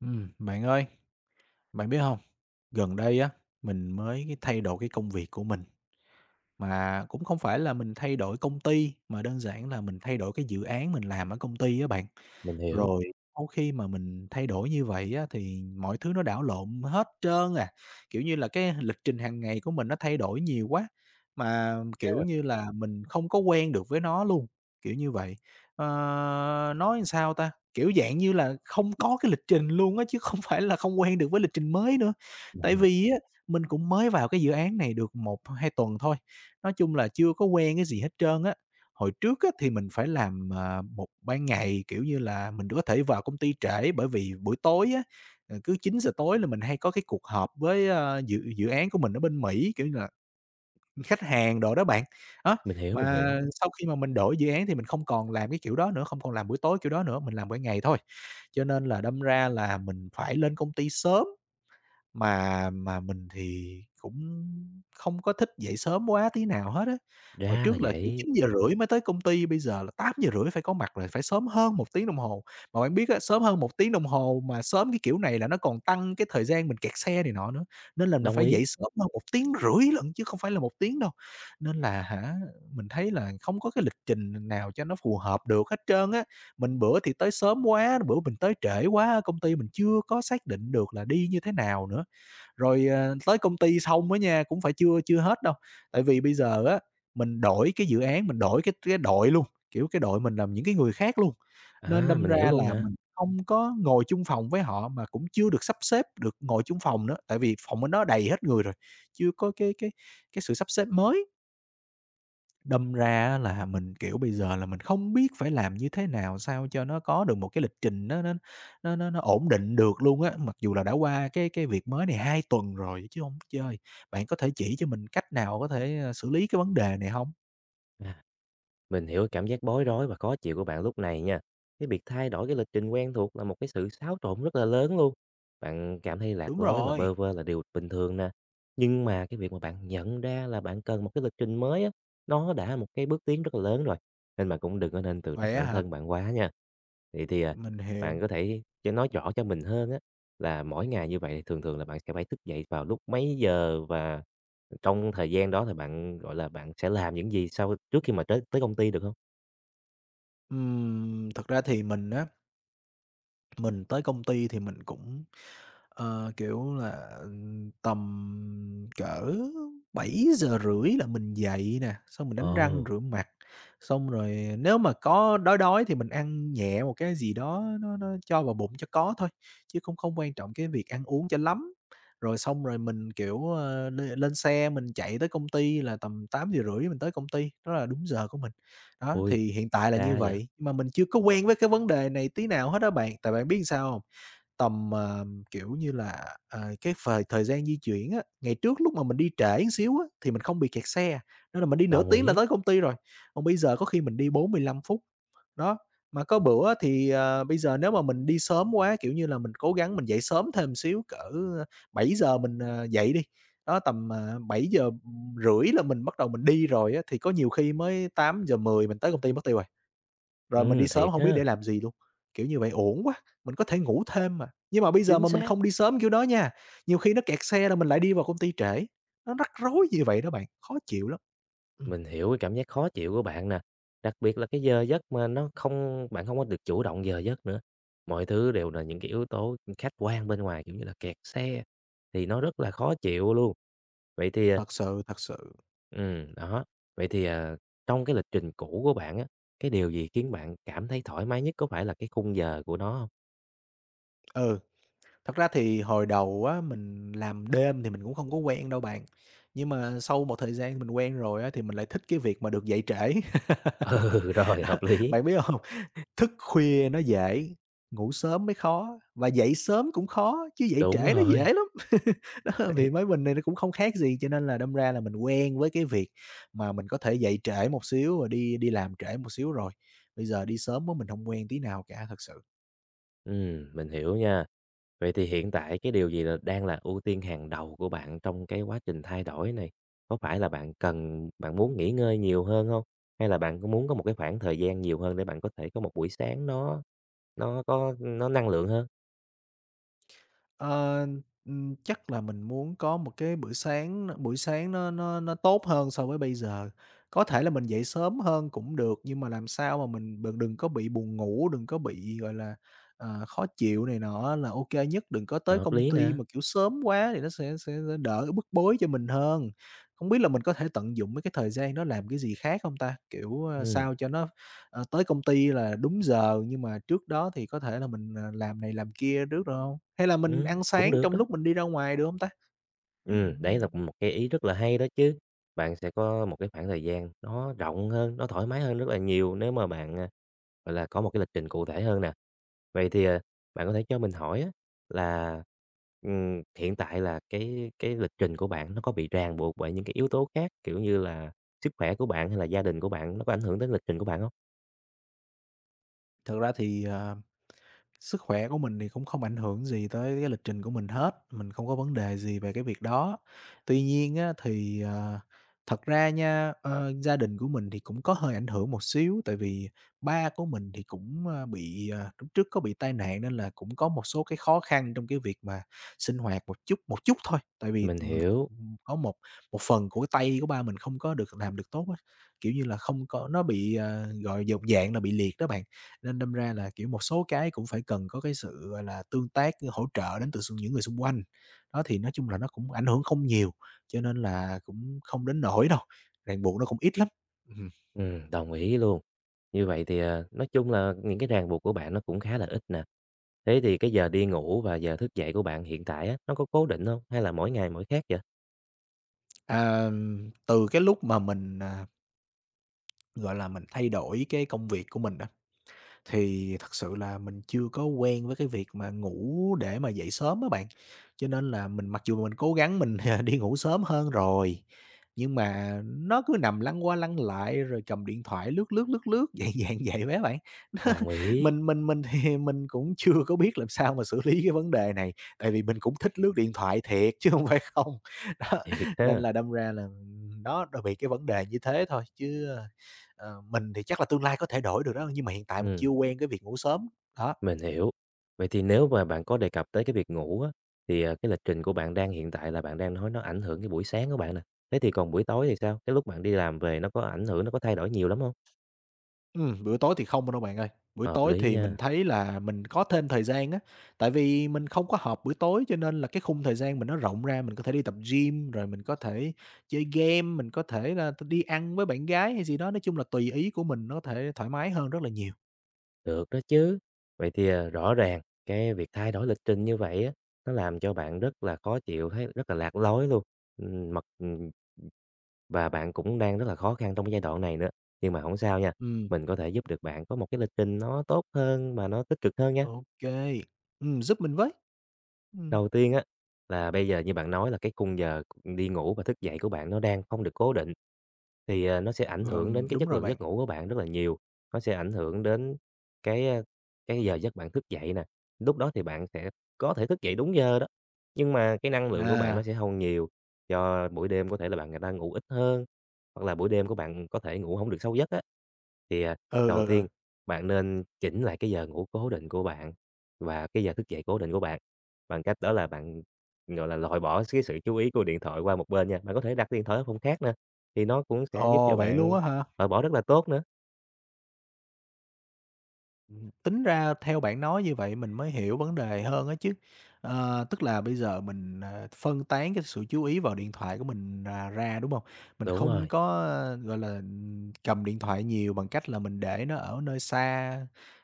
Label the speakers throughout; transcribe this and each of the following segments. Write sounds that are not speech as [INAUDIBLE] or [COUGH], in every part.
Speaker 1: Bạn ơi, bạn biết không? Gần đây á, mình mới cái thay đổi cái công việc của mình, mà cũng không phải là mình thay đổi công ty, mà đơn giản là mình thay đổi cái dự án mình làm ở công ty á bạn.
Speaker 2: Mình hiểu
Speaker 1: Rồi sau khi mà mình thay đổi như vậy á, thì mọi thứ nó đảo lộn hết trơn à, kiểu như là, cái lịch trình hàng ngày của mình nó thay đổi nhiều quá, mà, kiểu
Speaker 2: nha.
Speaker 1: như là, mình không có quen được với nó luôn, kiểu như vậy. Ờ, nói làm sao ta? Kiểu, dạng như là, không có cái lịch trình luôn á, chứ không [LAUGHS] phải là không quen được với lịch trình mới nữa. Tại
Speaker 2: Đồng ý,
Speaker 1: vì á, mình cũng mới vào cái dự án này được một hai tuần thôi, nói chung là chưa có quen cái gì hết trơn á. Hồi trước á, thì mình phải làm, một ban ngày, kiểu như là, mình có thể vào công ty trễ bởi vì buổi tối á, cứ 9:00 tối là mình hay có cái cuộc họp với, dự dự án của mình ở bên Mỹ, kiểu như là, khách hàng đồ đó bạn. Đó,
Speaker 2: mình
Speaker 1: mà
Speaker 2: hiểu,
Speaker 1: sau khi mà mình đổi dự án thì mình không còn làm cái kiểu đó nữa, không còn làm buổi tối kiểu đó nữa, mình làm ban ngày thôi. Cho nên là đâm ra là mình phải lên công ty sớm. Mà mình thì cũng không có thích dậy sớm quá tí nào hết á. Hồi
Speaker 2: ra là
Speaker 1: trước là, kiểu,
Speaker 2: vậy,
Speaker 1: 9:30 mới tới công ty, bây giờ là 8:30 phải có mặt rồi, phải sớm hơn 1 tiếng đồng hồ. Mà bạn biết á, sớm hơn một tiếng đồng hồ mà sớm cái kiểu này là nó còn tăng cái thời gian mình kẹt xe này nọ nữa, nên là mình
Speaker 2: đồng
Speaker 1: phải
Speaker 2: ý,
Speaker 1: dậy sớm hơn 1 tiếng rưỡi lận chứ không phải là 1 tiếng đâu. Nên là hả, mình thấy là không có cái lịch trình nào cho nó phù hợp được hết trơn á. Mình bữa thì tới sớm quá, bữa mình tới trễ quá, công ty mình chưa có xác định được là đi như thế nào nữa. Rồi, tới công ty xong á nha, cũng phải chưa chưa hết đâu, tại vì bây giờ á, mình đổi cái dự án, mình đổi cái đội luôn, kiểu, cái đội mình làm những cái người khác luôn, nên
Speaker 2: à,
Speaker 1: đâm
Speaker 2: mình hiểu
Speaker 1: ra
Speaker 2: luôn
Speaker 1: là
Speaker 2: nè.
Speaker 1: mình không có ngồi chung phòng với họ, mà cũng chưa được sắp xếp được ngồi chung phòng nữa, tại vì phòng bên đó đầy hết người rồi, chưa có cái sự sắp xếp mới. Đâm ra á là mình, kiểu, bây giờ là mình không biết phải làm như thế nào sao cho nó có được một cái lịch trình nó ổn định được luôn á, mặc dù là đã qua cái việc mới này 2 tuần rồi chứ không chơi. Bạn có thể chỉ cho mình cách nào có thể, xử lý cái vấn đề này không?
Speaker 2: À, mình hiểu cảm giác bối rối và khó chịu của bạn lúc này nha. Cái việc thay đổi cái lịch trình quen thuộc là một cái sự xáo trộn rất là lớn luôn. Bạn cảm thấy lạc
Speaker 1: Đúng
Speaker 2: lối và
Speaker 1: rồi.
Speaker 2: bơ vơ là điều bình thường nè. Nhưng mà cái việc mà bạn nhận ra là bạn cần một cái lịch trình mới á, nó đã là một cái bước tiến rất là lớn rồi, nên bạn cũng đừng có nên tự trách
Speaker 1: Vậy á
Speaker 2: bản
Speaker 1: hả?
Speaker 2: thân bạn quá nha. Vậy thì, à,
Speaker 1: Mình
Speaker 2: bạn
Speaker 1: hiểu.
Speaker 2: có thể cho nói rõ cho mình hơn á. Là mỗi ngày như vậy thì thường thường là bạn sẽ phải thức dậy vào lúc mấy giờ, và trong thời gian đó thì bạn, gọi là, bạn sẽ làm những gì sau trước khi mà tới tới công ty được không?
Speaker 1: Thật ra thì mình á, mình tới công ty thì mình cũng kiểu là, tầm cỡ 7:30 là mình dậy nè, xong mình đánh
Speaker 2: Ồ,
Speaker 1: răng rửa mặt, xong rồi nếu mà có đói đói thì mình ăn nhẹ một cái gì đó nó cho vào bụng cho có thôi, chứ không không quan trọng cái việc ăn uống cho lắm. Rồi xong rồi mình, kiểu, lên lên xe mình chạy tới công ty là tầm 8:30 mình tới công ty, đó là đúng giờ của mình. Đó,
Speaker 2: ui,
Speaker 1: thì hiện tại là như
Speaker 2: ra vậy?
Speaker 1: vậy, mà mình chưa có quen với cái vấn đề này tí nào hết đó bạn, tại bạn biết sao hông? Tầm, kiểu như là, cái thời gian di chuyển á, ngày trước lúc mà mình đi trễ một xíu á, thì mình không bị kẹt xe, nên là mình đi nửa
Speaker 2: Đồng
Speaker 1: tiếng là
Speaker 2: ý,
Speaker 1: tới công ty rồi, còn bây giờ có khi mình đi 45 phút. Đó, mà có bữa thì, bây giờ nếu mà mình đi sớm quá, kiểu như là, mình cố gắng mình dậy sớm thêm xíu cỡ 7 giờ mình, dậy đi, đó, tầm, bảy giờ rưỡi là mình bắt đầu mình đi rồi á, thì có nhiều khi mới 8:10 mình tới công ty mất tiêu à. Rồi mình đi sớm
Speaker 2: thiệt
Speaker 1: không biết để
Speaker 2: ha,
Speaker 1: làm gì luôn, kiểu như vậy uổng quá, mình có thể ngủ thêm mà. Nhưng mà bây giờ
Speaker 2: chính
Speaker 1: mà mình
Speaker 2: xác,
Speaker 1: không đi sớm kiểu đó nha, nhiều khi nó kẹt xe rồi mình lại đi vào công ty trễ, nó rắc rối như vậy đó bạn, khó chịu lắm. Ừm,
Speaker 2: mình hiểu cái cảm giác khó chịu của bạn nè, đặc biệt là cái giờ giấc mà nó không bạn không có được chủ động giờ giấc nữa. Mọi thứ đều là những cái yếu tố khách quan bên ngoài, kiểu như là, kẹt xe, thì nó rất là khó chịu luôn. Vậy thì, à,
Speaker 1: thật sự, thật sự.
Speaker 2: ừm, đó. Vậy thì, à, trong cái lịch trình cũ của bạn á, cái điều gì khiến bạn cảm thấy thoải mái nhất? Có phải là cái khung giờ của nó hông?
Speaker 1: Ừ, thật ra thì hồi đầu á, mình làm đêm thì mình cũng không có quen đâu bạn, nhưng mà sau một thời gian mình quen rồi á, thì mình lại thích cái việc mà được dậy trễ.
Speaker 2: [LAUGHS] Ừ, rồi, hợp
Speaker 1: [LAUGHS]
Speaker 2: lý.
Speaker 1: Bạn biết không? Thức khuya nó dễ, ngủ sớm mới khó, và dậy sớm cũng khó, chứ dậy
Speaker 2: Đúng
Speaker 1: trễ nó dễ
Speaker 2: rồi.
Speaker 1: lắm. [LAUGHS] Đó,
Speaker 2: [LAUGHS] Đấy.
Speaker 1: thì với mình này nó cũng không khác gì, cho nên là đâm ra là mình quen với cái việc mà mình có thể dậy trễ một xíu rồi đi đi làm trễ một xíu rồi. Bây giờ đi sớm á mình không quen tí nào cả, thật sự.
Speaker 2: Mình hiểu nha. Vậy thì hiện tại cái điều gì là đang là ưu tiên hàng đầu của bạn trong cái quá trình thay đổi này? Có phải là bạn cần bạn muốn nghỉ ngơi nhiều hơn không? Hay là bạn có muốn có một cái khoảng thời gian nhiều hơn để bạn có thể có một buổi sáng nó có nó năng lượng hơn?
Speaker 1: Ờ, chắc là mình muốn có một cái buổi sáng nó buổi sáng nó tốt hơn so với bây giờ. Có thể là mình dậy sớm hơn cũng được, nhưng mà làm sao mà mình đừng đừng có bị buồn ngủ, đừng có bị, gọi là, khó chịu này nọ là ok nhất. Đừng có tới
Speaker 2: Hợp
Speaker 1: công
Speaker 2: lý
Speaker 1: ty
Speaker 2: nè.
Speaker 1: mà, kiểu, sớm quá thì nó sẽ đỡ bức bối cho mình hơn. Không biết là mình có thể tận dụng mấy cái thời gian đó làm cái gì khác không ta? Kiểu,
Speaker 2: Ừm,
Speaker 1: sao cho nó tới công ty là đúng giờ, nhưng mà trước đó thì có thể là mình, làm này làm kia trước được không? Hay là mình ăn
Speaker 2: cũng
Speaker 1: sáng
Speaker 2: được
Speaker 1: trong
Speaker 2: đó.
Speaker 1: lúc mình đi ra ngoài được không ta?
Speaker 2: Đấy
Speaker 1: Ừm.
Speaker 2: là một cái ý rất là hay đó chứ. Bạn sẽ có một cái khoảng thời gian nó rộng hơn, nó thoải mái hơn rất là nhiều nếu mà bạn, à, gọi là, có một cái lịch trình cụ thể hơn nè. Vậy thì, à, bạn có thể cho mình hỏi á, là, hiện tại là cái lịch trình của bạn nó có bị ràng buộc bởi những cái yếu tố khác, kiểu như là, sức khỏe của bạn hay là gia đình của bạn, nó có ảnh hưởng đến lịch trình của bạn không?
Speaker 1: Thật ra thì, sức khỏe của mình thì cũng không ảnh hưởng gì tới cái lịch trình của mình hết, mình không có vấn đề gì về cái việc đó. Tuy nhiên á, thật ra nha, gia đình của mình thì cũng có hơi ảnh hưởng một xíu, tại vì ba của mình thì cũng, bị, lúc trước có bị tai nạn nên là cũng có một số cái khó khăn trong cái việc mà sinh hoạt một chút thôi, tại vì,
Speaker 2: Mình hiểu,
Speaker 1: có một một phần của cái tay của ba mình không có được làm được tốt á, kiểu như là, không có nó bị, gọi, dột dạng là bị liệt đó bạn. Nên đâm ra là, kiểu, một số cái cũng phải cần có cái sự, gọi là, tương tác, hỗ trợ đến từ những người xung quanh. Đó, thì nói chung là nó cũng ảnh hưởng không nhiều, cho nên là cũng không đến nỗi đâu, ràng buộc nó cũng ít lắm. Ừm,
Speaker 2: đồng ý luôn. Như vậy thì, à, nói chung là những cái ràng buộc của bạn nó cũng khá là ít nè. Thế thì cái giờ đi ngủ và giờ thức dậy của bạn hiện tại á, nó có cố định không? Hay là mỗi ngày mỗi khác vậy?
Speaker 1: à, từ cái lúc mà mình, gọi là, mình thay đổi cái công việc của mình đó, thì thật sự là mình chưa có quen với cái việc mà ngủ để mà dậy sớm á bạn, cho nên là mình mặc dù mình cố gắng mình [LAUGHS] đi ngủ sớm hơn rồi, nhưng mà nó cứ nằm lăn qua lăn lại rồi cầm điện thoại lướt, lướt, lướt, lướt, [LAUGHS] dạng dạng vậy đó bạn. [LAUGHS]
Speaker 2: Đồng ý,
Speaker 1: Mình thì mình cũng chưa có biết làm sao mà xử lý cái vấn đề này, tại vì mình cũng thích lướt điện thoại thiệt chứ không phải không. [LAUGHS] Đó,
Speaker 2: thiệt
Speaker 1: nên
Speaker 2: ha.
Speaker 1: là đâm ra là, đó, nó bị cái vấn đề như thế thôi chứ, mình thì chắc là tương lai có thể đổi được đó, nhưng mà hiện tại mình chưa
Speaker 2: Ừm,
Speaker 1: quen cái việc ngủ sớm, đó.
Speaker 2: mình hiểu. Vậy thì nếu mà bạn có đề cập tới cái việc ngủ á, thì, à, cái lịch trình của bạn đang hiện tại là bạn đang nói nó ảnh hưởng cái buổi sáng của bạn nè. Thế thì còn buổi tối thì sao? Cái lúc bạn đi làm về nó có ảnh hưởng, nó có thay đổi nhiều lắm không?
Speaker 1: Bữa tối thì không đâu bạn ơi, bữa
Speaker 2: Hợp
Speaker 1: tối
Speaker 2: lý
Speaker 1: thì mình
Speaker 2: nha.
Speaker 1: thấy là mình có thêm thời gian á, tại vì mình không có họp buổi tối cho nên là cái khung thời gian mình nó rộng ra, mình có thể đi tập gym, rồi mình có thể chơi game, mình có thể là đi ăn với bạn gái hay gì đó, nói chung là tùy ý của mình, nó có thể thoải mái hơn rất là nhiều.
Speaker 2: Được đó chứ. Vậy thì, à, rõ ràng cái việc thay đổi lịch trình như vậy á, nó làm cho bạn rất là khó chịu, thấy rất là lạc lối luôn. Mặc và bạn cũng đang rất là khó khăn trong cái giai đoạn này nữa. Nhưng mà không sao nha,
Speaker 1: Ừm,
Speaker 2: mình có thể giúp được bạn có một cái lịch trình nó tốt hơn và nó tích cực hơn nha.
Speaker 1: ô kê, giúp mình với. Ừm,
Speaker 2: Đầu tiên á, là bây giờ như bạn nói là cái khung giờ đi ngủ và thức dậy của bạn nó đang không được cố định, thì, nó sẽ ảnh hưởng đến cái
Speaker 1: đúng
Speaker 2: chất
Speaker 1: rồi
Speaker 2: lượng
Speaker 1: bạn.
Speaker 2: giấc ngủ của bạn rất là nhiều. Nó sẽ ảnh hưởng đến cái, cái giờ giấc bạn thức dậy nè, lúc đó thì bạn sẽ có thể thức dậy đúng giờ đó, nhưng mà cái năng lượng của bạn nó
Speaker 1: À,
Speaker 2: sẽ không nhiều, do buổi đêm có thể là bạn đang ngủ ít hơn, hoặc là buổi đêm của bạn có thể ngủ không được sâu giấc á. Thì, à,
Speaker 1: ừ,
Speaker 2: đầu
Speaker 1: ừ, ừ.
Speaker 2: tiên bạn nên chỉnh lại cái giờ ngủ cố định của bạn và cái giờ thức dậy cố định của bạn. Bằng cách đó là bạn, gọi là, loại bỏ cái sự chú ý của điện thoại qua một bên nha, bạn có thể đặt cái điện thoại ở phòng khác nè, thì nó cũng sẽ giúp cho
Speaker 1: Ồ, vậy luôn
Speaker 2: bạn
Speaker 1: á hả?
Speaker 2: loại bỏ rất là tốt nữa.
Speaker 1: Tính ra theo bạn nói như vậy mình mới hiểu vấn đề hơn á chứ. Tức là bây giờ mình, phân tán cái sự chú ý vào điện thoại của mình, ra, đúng không? Mình
Speaker 2: Đúng
Speaker 1: không
Speaker 2: rồi,
Speaker 1: có, gọi là, cầm điện thoại nhiều bằng cách là mình để nó ở nơi xa,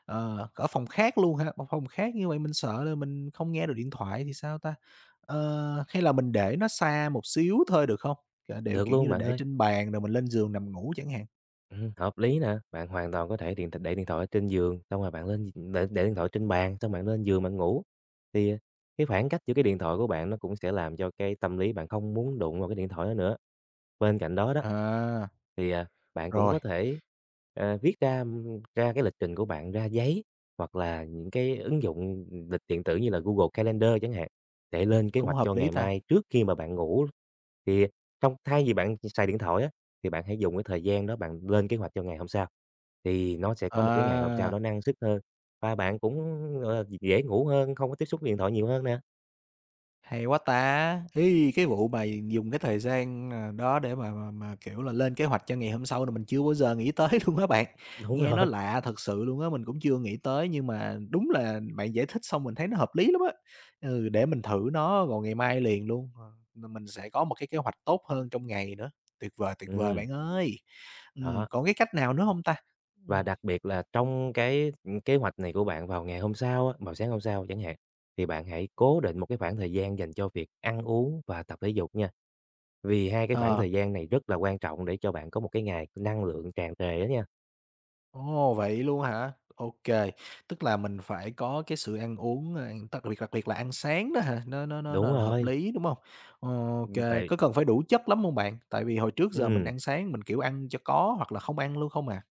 Speaker 1: ở phòng khác luôn ha. Một phòng khác như vậy mình sợ là mình không nghe được điện thoại thì sao ta? Hay là mình để nó xa một xíu thôi được không? Để,
Speaker 2: được
Speaker 1: kiểu như
Speaker 2: luôn
Speaker 1: là,
Speaker 2: bạn
Speaker 1: để
Speaker 2: ơi.
Speaker 1: trên bàn rồi mình lên giường nằm ngủ chẳng hạn.
Speaker 2: Hợp lý nè, bạn hoàn toàn có thể điện để điện thoại ở trên giường, xong rồi bạn lên để điện thoại trên bàn, xong bạn lên giường bạn ngủ. Thì, à, cái khoảng cách giữa cái điện thoại của bạn nó cũng sẽ làm cho cái tâm lý bạn không muốn đụng vào cái điện thoại đó nữa. Bên cạnh đó đó,
Speaker 1: À,
Speaker 2: thì, à, bạn cũng
Speaker 1: rồi,
Speaker 2: có thể, viết ra, ra cái lịch trình của bạn ra giấy hoặc là những cái ứng dụng, lịch điện tử như là Google Calendar chẳng hạn, để lên kế
Speaker 1: cũng
Speaker 2: hoạch
Speaker 1: hợp
Speaker 2: cho
Speaker 1: lý
Speaker 2: ngày
Speaker 1: ta.
Speaker 2: mai trước khi mà bạn ngủ. Thì trong thay vì bạn xài điện thoại á, thì bạn hãy dùng cái thời gian đó bạn lên kế hoạch cho ngày hôm sau, thì nó sẽ có một cái ngày hôm sau
Speaker 1: À.
Speaker 2: nó năng suất hơn và bạn cũng, gọi dễ ngủ hơn, không có tiếp xúc điện thoại nhiều hơn nè.
Speaker 1: Hay quá ta! Ấy, cái vụ mà dùng cái thời gian, đó để mà mà, kiểu là, lên kế hoạch cho ngày hôm sau là mình chưa bao giờ nghĩ tới [LAUGHS] luôn á bạn.
Speaker 2: Đúng
Speaker 1: Nghe nó
Speaker 2: rồi,
Speaker 1: lạ thật sự luôn á, mình cũng chưa nghĩ tới, nhưng mà đúng là bạn giải thích xong mình thấy nó hợp lý lắm á. Ừ, để mình thử nó vào ngày mai liền luôn, mình sẽ có một cái kế hoạch tốt hơn trong ngày nữa. Tuyệt vời
Speaker 2: ừ
Speaker 1: bạn ơi!
Speaker 2: đó.
Speaker 1: Còn cái cách nào nữa không ta?
Speaker 2: Và
Speaker 1: Ừm,
Speaker 2: đặc biệt là trong cái, kế hoạch này của bạn vào ngày hôm sau á, vào sáng hôm sau chẳng hạn, thì bạn hãy cố định một cái khoảng thời gian dành cho việc ăn uống và tập thể dục nha. Vì hai cái khoảng
Speaker 1: ờ.
Speaker 2: thời gian này rất là quan trọng để cho bạn có một cái ngày năng lượng tràn trề đó nha.
Speaker 1: Ồ, vậy luôn hả? Ok, tức là mình phải có cái sự ăn uống, đặc biệt là ăn sáng đó hả? Nó nó nó
Speaker 2: Đúng
Speaker 1: nó hợp
Speaker 2: rồi,
Speaker 1: lý, đúng không? Ok,
Speaker 2: tại
Speaker 1: có cần phải đủ chất lắm không bạn? Tại vì hồi trước giờ mình
Speaker 2: ừm.
Speaker 1: ăn sáng mình, kiểu, ăn cho có hoặc là không ăn luôn không à.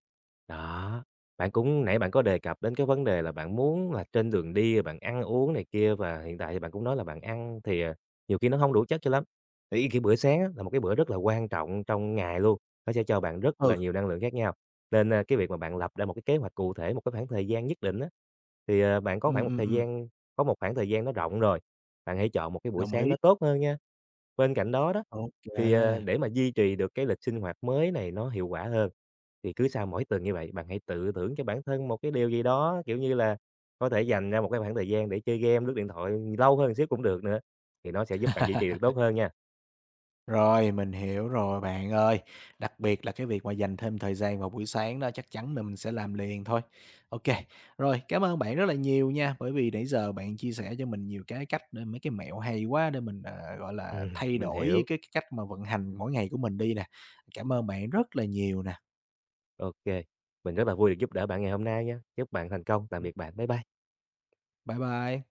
Speaker 2: Đó, bạn cũng nãy bạn có đề cập đến cái vấn đề là bạn muốn là trên đường đi bạn ăn uống này kia và hiện tại thì bạn cũng nói là bạn ăn thì, à, nhiều khi nó không đủ chất cho lắm. Thì cái bữa sáng á là một cái bữa rất là quan trọng trong ngày luôn, nó sẽ cho bạn rất là
Speaker 1: Ừ,
Speaker 2: nhiều năng lượng khác nhau. Nên, a, cái việc mà bạn lập ra một cái kế hoạch cụ thể, một cái khoảng thời gian nhất định á, thì, à, bạn có
Speaker 1: ừ,
Speaker 2: khoảng một thời gian có một khoảng thời gian nó rộng rồi, bạn hãy chọn một cái buổi
Speaker 1: đồng
Speaker 2: sáng
Speaker 1: ý.
Speaker 2: nó tốt hơn nha. Bên cạnh đó đó,
Speaker 1: Ok.
Speaker 2: thì, à, để mà duy trì được cái lịch sinh hoạt mới này nó hiệu quả hơn, thì cứ sau mỗi tuần như vậy, bạn hãy tự thưởng cho bản thân một cái điều gì đó, kiểu như là, có thể dành ra một cái khoảng thời gian để chơi game, lướt điện thoại lâu hơn xíu cũng được nữa, thì nó sẽ giúp bạn duy trì được tốt hơn nha.
Speaker 1: Rồi, mình hiểu rồi bạn ơi. Đặc biệt là cái việc mà dành thêm thời gian vào buổi sáng đó chắc chắn là mình sẽ làm liền thôi. Ok, rồi, cảm ơn bạn rất là nhiều nha, bởi vì nãy giờ bạn chia sẻ cho mình nhiều cái cách để mấy cái mẹo hay quá để mình, gọi là, thay
Speaker 2: Mình
Speaker 1: đổi
Speaker 2: hiểu.
Speaker 1: cái cách mà vận hành mỗi ngày của mình đi nè. Cảm ơn bạn rất là nhiều nè.
Speaker 2: Ok, mình rất là vui được giúp đỡ bạn ngày hôm nay nha. Chúc bạn thành công. Tạm
Speaker 1: Ừm,
Speaker 2: biệt bạn. Bye bye.
Speaker 1: bye bye.